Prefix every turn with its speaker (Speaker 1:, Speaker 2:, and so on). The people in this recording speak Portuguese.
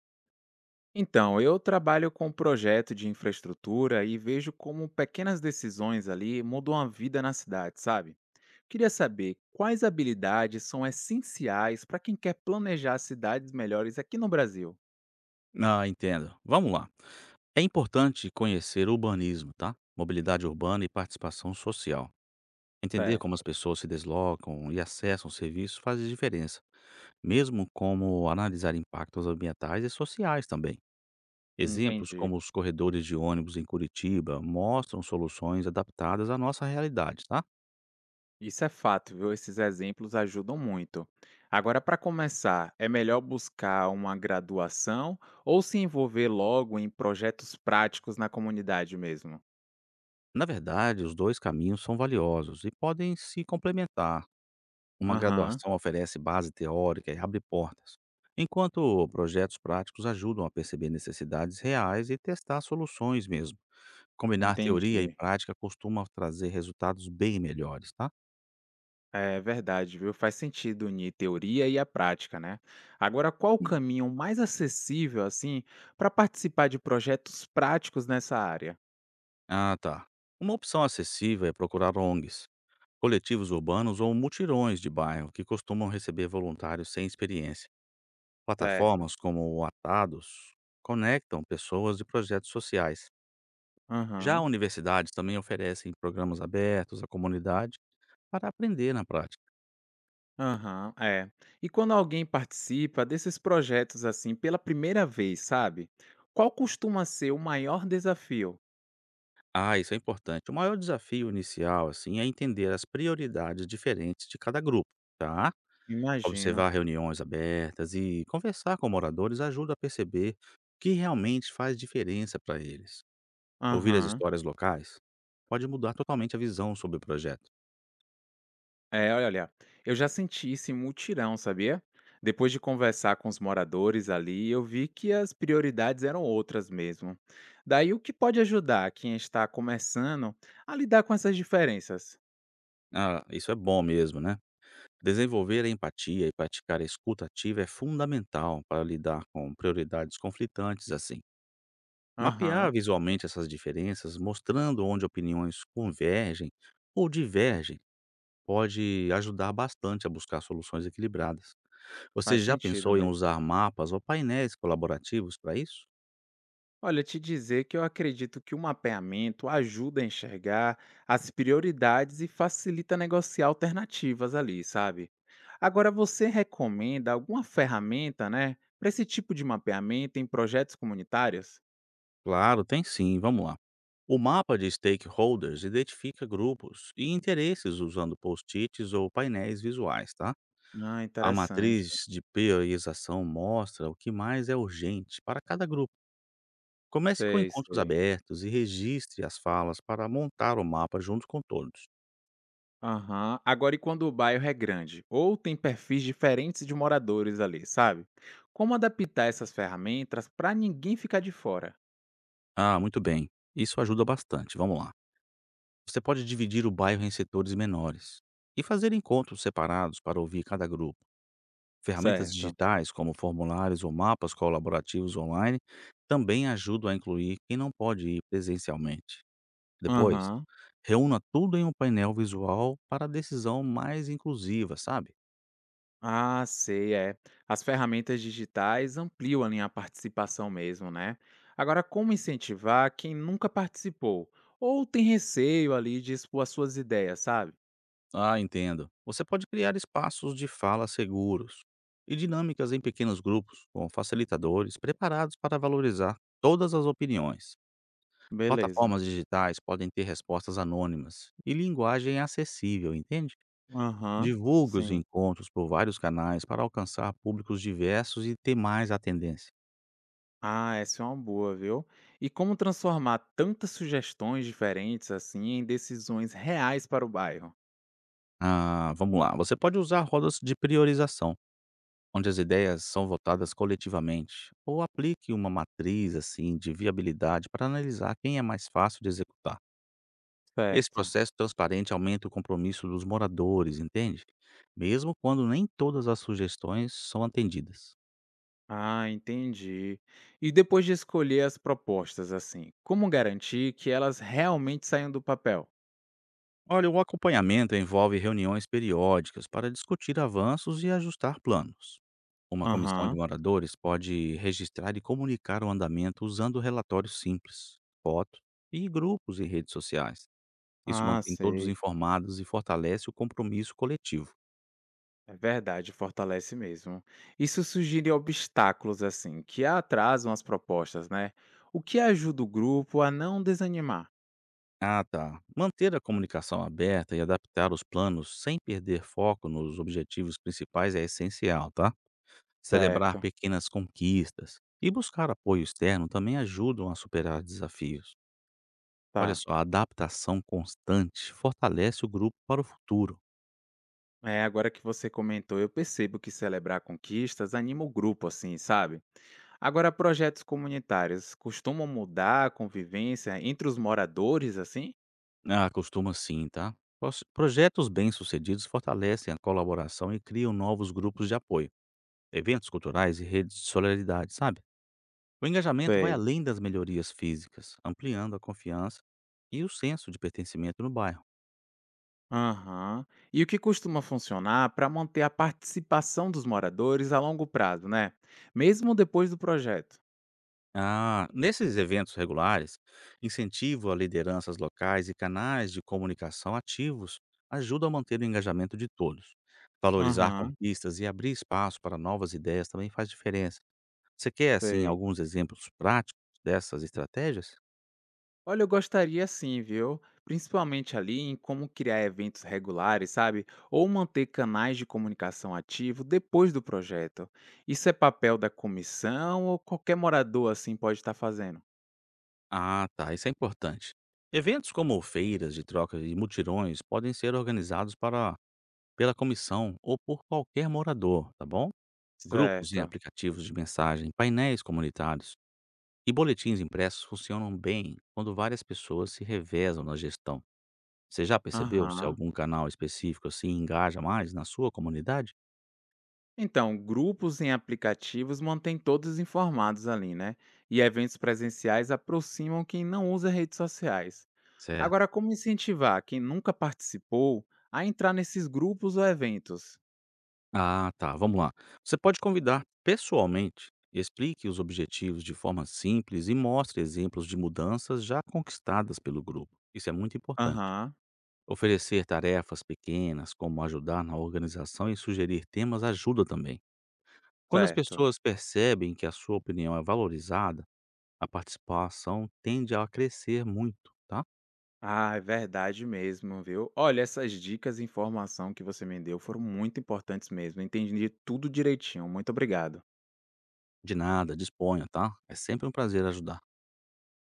Speaker 1: Então, eu trabalho com um projeto de infraestrutura e vejo como pequenas decisões ali mudam a vida na cidade, sabe? Queria saber quais habilidades são essenciais para quem quer planejar cidades melhores aqui no Brasil.
Speaker 2: Ah, entendo. Vamos lá. É importante conhecer o urbanismo, tá? Mobilidade urbana e participação social. Entender como as
Speaker 1: Certo.
Speaker 2: pessoas se deslocam e acessam serviços faz diferença, mesmo como analisar impactos ambientais e sociais também. Exemplos
Speaker 1: Entendi.
Speaker 2: como os corredores de ônibus em Curitiba mostram soluções adaptadas à nossa realidade, tá?
Speaker 1: Isso é fato, viu? Esses exemplos ajudam muito. Agora, para começar, é melhor buscar uma graduação ou se envolver logo em projetos práticos na comunidade mesmo?
Speaker 2: Na verdade, os dois caminhos são valiosos e podem se complementar. Uma
Speaker 1: Aham,
Speaker 2: graduação oferece base teórica e abre portas, enquanto projetos práticos ajudam a perceber necessidades reais e testar soluções mesmo. Combinar teoria e
Speaker 1: entendi.
Speaker 2: prática costuma trazer resultados bem melhores, tá?
Speaker 1: É verdade, viu? Faz sentido unir teoria e a prática, né? Agora, qual o caminho mais acessível, assim, para participar de projetos práticos nessa área?
Speaker 2: Ah, tá. Uma opção acessível é procurar ONGs, coletivos urbanos ou mutirões de bairro que costumam receber voluntários sem experiência.
Speaker 1: Certo.
Speaker 2: Plataformas como o Atados conectam pessoas de projetos sociais. Já
Speaker 1: Aham,
Speaker 2: universidades também oferecem programas abertos à comunidade para aprender na prática.
Speaker 1: aham, é. E quando alguém participa desses projetos, assim, pela primeira vez, sabe? Qual costuma ser o maior desafio?
Speaker 2: Ah, isso é importante. O maior desafio inicial, assim, é entender as prioridades diferentes de cada grupo, tá?
Speaker 1: Imagino.
Speaker 2: Observar reuniões abertas e conversar com moradores ajuda a perceber o que realmente faz diferença para eles. Ouvir as
Speaker 1: Aham.
Speaker 2: histórias locais pode mudar totalmente a visão sobre o projeto.
Speaker 1: É, olha, eu já senti esse mutirão, sabia? Depois de conversar com os moradores ali, eu vi que as prioridades eram outras mesmo. Daí o que pode ajudar quem está começando a lidar com essas diferenças?
Speaker 2: Ah, isso é bom mesmo, né? Desenvolver a empatia e praticar a escuta ativa é fundamental para lidar com prioridades conflitantes assim. Mapear
Speaker 1: Aham,
Speaker 2: visualmente essas diferenças, mostrando onde opiniões convergem ou divergem, pode ajudar bastante a buscar soluções equilibradas. Você
Speaker 1: faz
Speaker 2: já
Speaker 1: sentido
Speaker 2: pensou em
Speaker 1: mesmo.
Speaker 2: usar mapas ou painéis colaborativos para isso?
Speaker 1: Olha, te dizer que eu acredito que o mapeamento ajuda a enxergar as prioridades e facilita negociar alternativas ali, sabe? Agora, você recomenda alguma ferramenta, né, para esse tipo de mapeamento em projetos comunitários?
Speaker 2: Claro, tem sim, vamos lá. O mapa de stakeholders identifica grupos e interesses usando post-its ou painéis visuais, tá?
Speaker 1: Ah,
Speaker 2: A
Speaker 1: interessante.
Speaker 2: matriz de priorização mostra o que mais é urgente para cada grupo. Comece com
Speaker 1: Sei,
Speaker 2: encontros
Speaker 1: sei.
Speaker 2: abertos e registre as falas para montar o mapa junto com todos.
Speaker 1: Aham. Agora, e quando o bairro é grande ou tem perfis diferentes de moradores ali, sabe? Como adaptar essas ferramentas para ninguém ficar de fora?
Speaker 2: Ah, muito bem. Isso ajuda bastante. Vamos lá. Você pode dividir o bairro em setores menores e fazer encontros separados para ouvir cada grupo. Ferramentas
Speaker 1: Certo.
Speaker 2: digitais, como formulários ou mapas colaborativos online, também ajudam a incluir quem não pode ir presencialmente. Depois,
Speaker 1: Aham.
Speaker 2: reúna tudo em um painel visual para a decisão mais inclusiva, sabe?
Speaker 1: Ah, sei, é. As ferramentas digitais ampliam ali a participação mesmo, né? Agora, como incentivar quem nunca participou ou tem receio ali de expor as suas ideias, sabe?
Speaker 2: Ah, entendo. Você pode criar espaços de fala seguros e dinâmicas em pequenos grupos, com facilitadores preparados para valorizar todas as opiniões.
Speaker 1: Beleza.
Speaker 2: Plataformas digitais podem ter respostas anônimas e linguagem acessível, entende?
Speaker 1: Aham,
Speaker 2: Divulgue os
Speaker 1: sim.
Speaker 2: encontros por vários canais para alcançar públicos diversos e ter mais atendência.
Speaker 1: Ah, essa é uma boa, viu? E como transformar tantas sugestões diferentes assim em decisões reais para o bairro?
Speaker 2: Ah, vamos lá. Você pode usar rodas de priorização onde as ideias são votadas coletivamente, ou aplique uma matriz assim de viabilidade para analisar quem é mais fácil de executar. Esse
Speaker 1: Certo.
Speaker 2: processo transparente aumenta o compromisso dos moradores, entende? Mesmo quando nem todas as sugestões são atendidas.
Speaker 1: Ah, entendi. E depois de escolher as propostas assim, como garantir que elas realmente saiam do papel?
Speaker 2: Olha, o acompanhamento envolve reuniões periódicas para discutir avanços e ajustar planos. Uma comissão de
Speaker 1: Aham.
Speaker 2: moradores pode registrar e comunicar o andamento usando relatórios simples, fotos e grupos em redes sociais. Isso
Speaker 1: Ah,
Speaker 2: mantém todos
Speaker 1: sei.
Speaker 2: informados e fortalece o compromisso coletivo.
Speaker 1: É verdade, fortalece mesmo. Isso sugere obstáculos, assim, que atrasam as propostas, né? O que ajuda o grupo a não desanimar.
Speaker 2: Ah, tá. Manter a comunicação aberta e adaptar os planos sem perder foco nos objetivos principais é essencial, tá? Celebrar
Speaker 1: Certo,
Speaker 2: pequenas conquistas e buscar apoio externo também ajudam a superar desafios. Olha
Speaker 1: tá.
Speaker 2: só, a adaptação constante fortalece o grupo para o futuro.
Speaker 1: É, agora que você comentou, eu percebo que celebrar conquistas anima o grupo, assim, sabe? Agora, projetos comunitários costumam mudar a convivência entre os moradores, assim?
Speaker 2: Ah, costuma sim, tá? Projetos bem-sucedidos fortalecem a colaboração e criam novos grupos de apoio, eventos culturais e redes de solidariedade, sabe? O engajamento vai
Speaker 1: Sei.
Speaker 2: além das melhorias físicas, ampliando a confiança e o senso de pertencimento no bairro.
Speaker 1: Aham. E o que costuma funcionar para manter a participação dos moradores a longo prazo, né? Mesmo depois do projeto.
Speaker 2: Ah, nesses eventos regulares, incentivo a lideranças locais e canais de comunicação ativos ajuda a manter o engajamento de todos. Valorizar
Speaker 1: Aham,
Speaker 2: conquistas e abrir espaço para novas ideias também faz diferença. Você quer, assim,
Speaker 1: sei.
Speaker 2: alguns exemplos práticos dessas estratégias?
Speaker 1: Olha, eu gostaria sim, viu? Principalmente ali em como criar eventos regulares, sabe? Ou manter canais de comunicação ativo depois do projeto. Isso é papel da comissão ou qualquer morador assim pode estar fazendo?
Speaker 2: Ah, tá, isso é importante. Eventos como feiras de troca e mutirões podem ser organizados para, pela comissão ou por qualquer morador, tá bom? Grupos em
Speaker 1: Certo.
Speaker 2: aplicativos de mensagem, painéis comunitários e boletins impressos funcionam bem quando várias pessoas se revezam na gestão. Você já percebeu se
Speaker 1: Aham.
Speaker 2: algum canal específico assim engaja mais na sua comunidade?
Speaker 1: Então, grupos em aplicativos mantêm todos informados ali, né? E eventos presenciais aproximam quem não usa redes sociais. Agora,
Speaker 2: Certo.
Speaker 1: como incentivar quem nunca participou a entrar nesses grupos ou eventos?
Speaker 2: Ah, tá. Vamos lá. Você pode convidar pessoalmente, explique os objetivos de forma simples e mostre exemplos de mudanças já conquistadas pelo grupo. Isso é muito importante.
Speaker 1: Aham,
Speaker 2: Oferecer tarefas pequenas, como ajudar na organização e sugerir temas, ajuda também. Quando as
Speaker 1: certo.
Speaker 2: pessoas percebem que a sua opinião é valorizada, a participação tende a crescer muito, tá?
Speaker 1: Ah, é verdade mesmo, viu? Olha, essas dicas e informação que você me deu foram muito importantes mesmo. Entendi tudo direitinho. Muito obrigado.
Speaker 2: De nada, disponha, tá? É sempre um prazer ajudar.